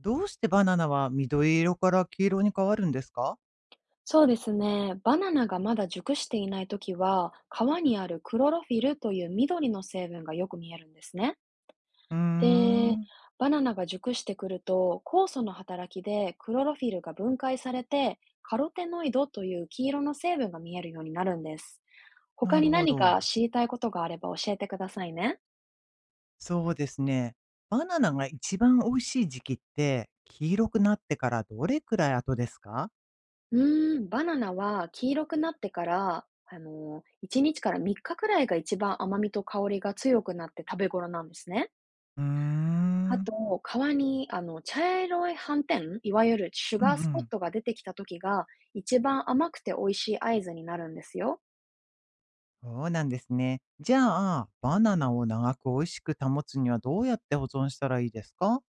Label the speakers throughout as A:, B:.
A: どうしてバナナは緑色から黄色に変わるんですか？
B: そうですね。バナナがまだ熟していないときは、皮にあるクロロフィルという緑の成分がよく見えるんですね。
A: うー
B: で、
A: ん、
B: バナナが熟してくると、酵素の働きでクロロフィルが分解されて、カロテノイドという黄色の成分が見えるようになるんです。他
A: なる
B: に
A: ほ
B: 何
A: ど。
B: か知りたいことがあれば教えてくださいね。
A: そうですね。バナナが一番美味しい時期って黄色くなってからどれくらい後ですか？
B: うバナナは黄色くなってから、1日から3日くらいが一番甘みと香りが強くなって食べ頃なんですね。
A: うー
B: あ
A: ん、
B: と、川にあの茶色い斑点、いわゆるシュ
A: うんう
B: ガースポッ
A: ん。
B: トが出てきた時が、一番甘くて美味しい合図になるんですよ。
A: そうなんですね。じゃあ、バナナを長く美味しく保つにはどうやって保存したらいいですか？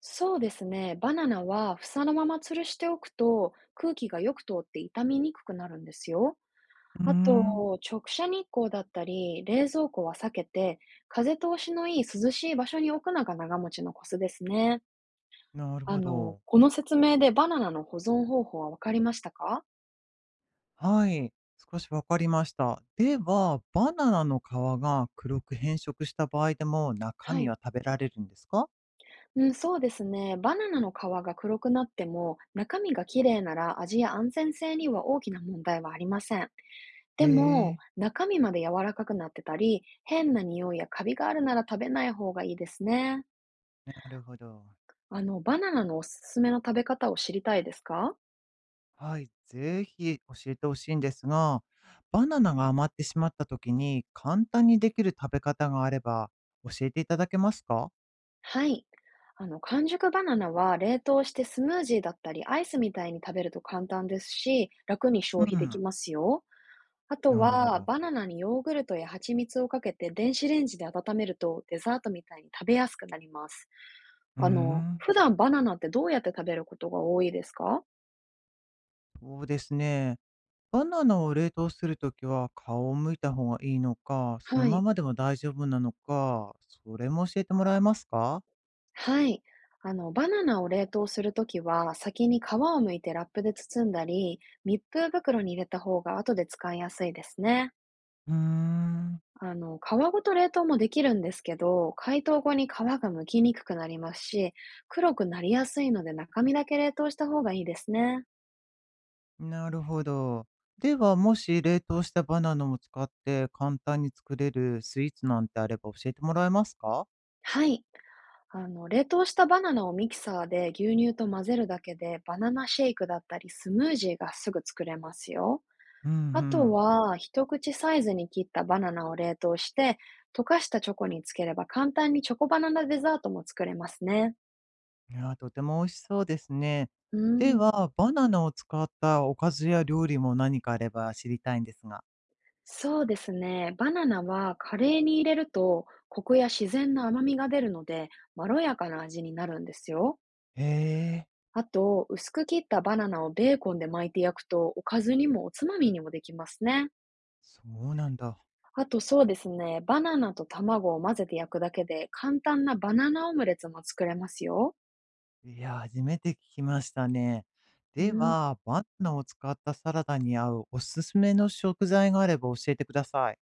B: そうですね。バナナは房のまま吊るしておくと、空気がよく通って傷みにくくなるんですよ。
A: うー
B: あ
A: ん、
B: と、直射日光だったり、冷蔵庫は避けて、風通しのいい涼しい場所に置くのが長持ちのコツですね。
A: なるほど。
B: この説明でバナナの保存方法はわかりましたか？
A: はい、少しわかりました。では、バナナの皮が黒く変色した場合でも中
B: は
A: 身
B: い。
A: は食べられるんですか？
B: うん、そうですね。バナナの皮が黒くなっても、中身が綺麗なら味や安全性には大きな問題はありません。
A: へ
B: でも、
A: え、
B: 中身まで柔らかくなってたり、変な匂いやカビがあるなら食べない方がいいですね。
A: なるほど。
B: バナナのおすすめの食べ方を知りたいですか？
A: はい、ぜひ教えてほしいんですが、バナナが余ってしまった時に簡単にできる食べ方があれば教えていただけますか？
B: はい。完熟バナナは冷凍してスムージーだったり、アイスみたいに食べると簡単ですし、楽に
A: う
B: 消費でき
A: ん、
B: ますよ。あと
A: なるほ
B: は、
A: ど。
B: バナナにヨーグルトや蜂蜜をかけて電子レンジで温めると、デザートみたいに食べやすくなります。
A: うーん、
B: 普段バナナってどうやって食べることが多いですか？
A: そうですね。バナナを冷凍するときは顔を向いた方がいいのか、その
B: は
A: ま
B: い。
A: までも大丈夫なのか、それも教えてもらえますか？
B: はい。バナナを冷凍するときは、先に皮を剥いてラップで包んだり、密封袋に入れた方が後で使いやすいですね。
A: うーん、
B: 皮ごと冷凍もできるんですけど、解凍後に皮が剥きにくくなりますし、黒くなりやすいので中身だけ冷凍した方がいいですね。
A: なるほど。では、もし冷凍したバナナも使って簡単に作れるスイーツなんてあれば教えてもらえますか？
B: はい。冷凍したバナナをミキサーで牛乳と混ぜるだけで、バナナシェイクだったりスムージーがすぐ作れますよ。
A: うんう
B: あと
A: ん。
B: は、一口サイズに切ったバナナを冷凍して、溶かしたチョコにつければ簡単にチョコバナナデザートも作れますね。
A: いやー、とても美味しそうですね。
B: う
A: で
B: ん。
A: は、バナナを使ったおかずや料理も何かあれば知りたいんですが。
B: そうですね。バナナはカレーに入れると、コクや自然な甘みが出るので、まろやかな味になるんですよ。
A: へえ。
B: あと、薄く切ったバナナをベーコンで巻いて焼くと、おかずにもおつまみにもできますね。
A: そうなんだ。
B: あとそうですね、バナナと卵を混ぜて焼くだけで、簡単なバナナオムレツも作れますよ。
A: いや、初めて聞きましたね。
B: う
A: で
B: ん、
A: は、バナナを使ったサラダに合うおすすめの食材があれば教えてください。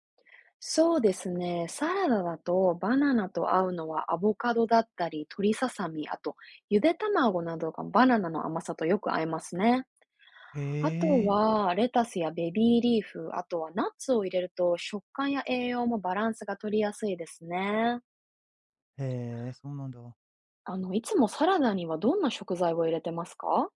B: そうですね、サラダだとバナナと合うのはアボカドだったり、鶏ささみ、あとゆで卵などがバナナの甘さとよく合いますね。
A: へ
B: あと
A: え、
B: は、レタスやベビーリーフ、あとはナッツを入れると食感や栄養もバランスが取りやすいですね。
A: へえ、そうなんだ。
B: いつもサラダにはどんな食材を入れてますか？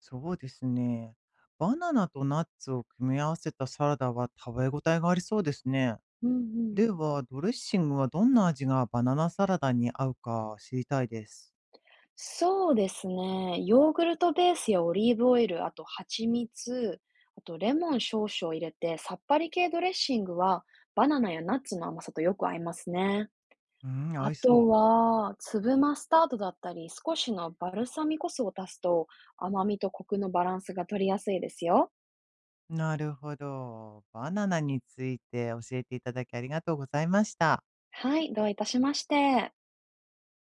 A: そうですね。バナナとナッツを組み合わせたサラダは食べ応えがありそうですね。
B: うんうん。
A: では、ドレッシングはどんな味がバナナサラダに合うか知りたいです。
B: そうですね。ヨーグルトベースやオリーブオイル、あと蜂蜜、あとレモン少々入れて、さっぱり系ドレッシングはバナナやナッツの甘さとよく合いますね。
A: うん、
B: あ
A: 合いそ
B: と
A: う。
B: は、粒マスタードだったり、少しのバルサミコ酢を足すと、甘みとコクのバランスが取りやすいですよ。
A: なるほど。バナナについて教えていただきありがとうございました。
B: はい、どういたしまして。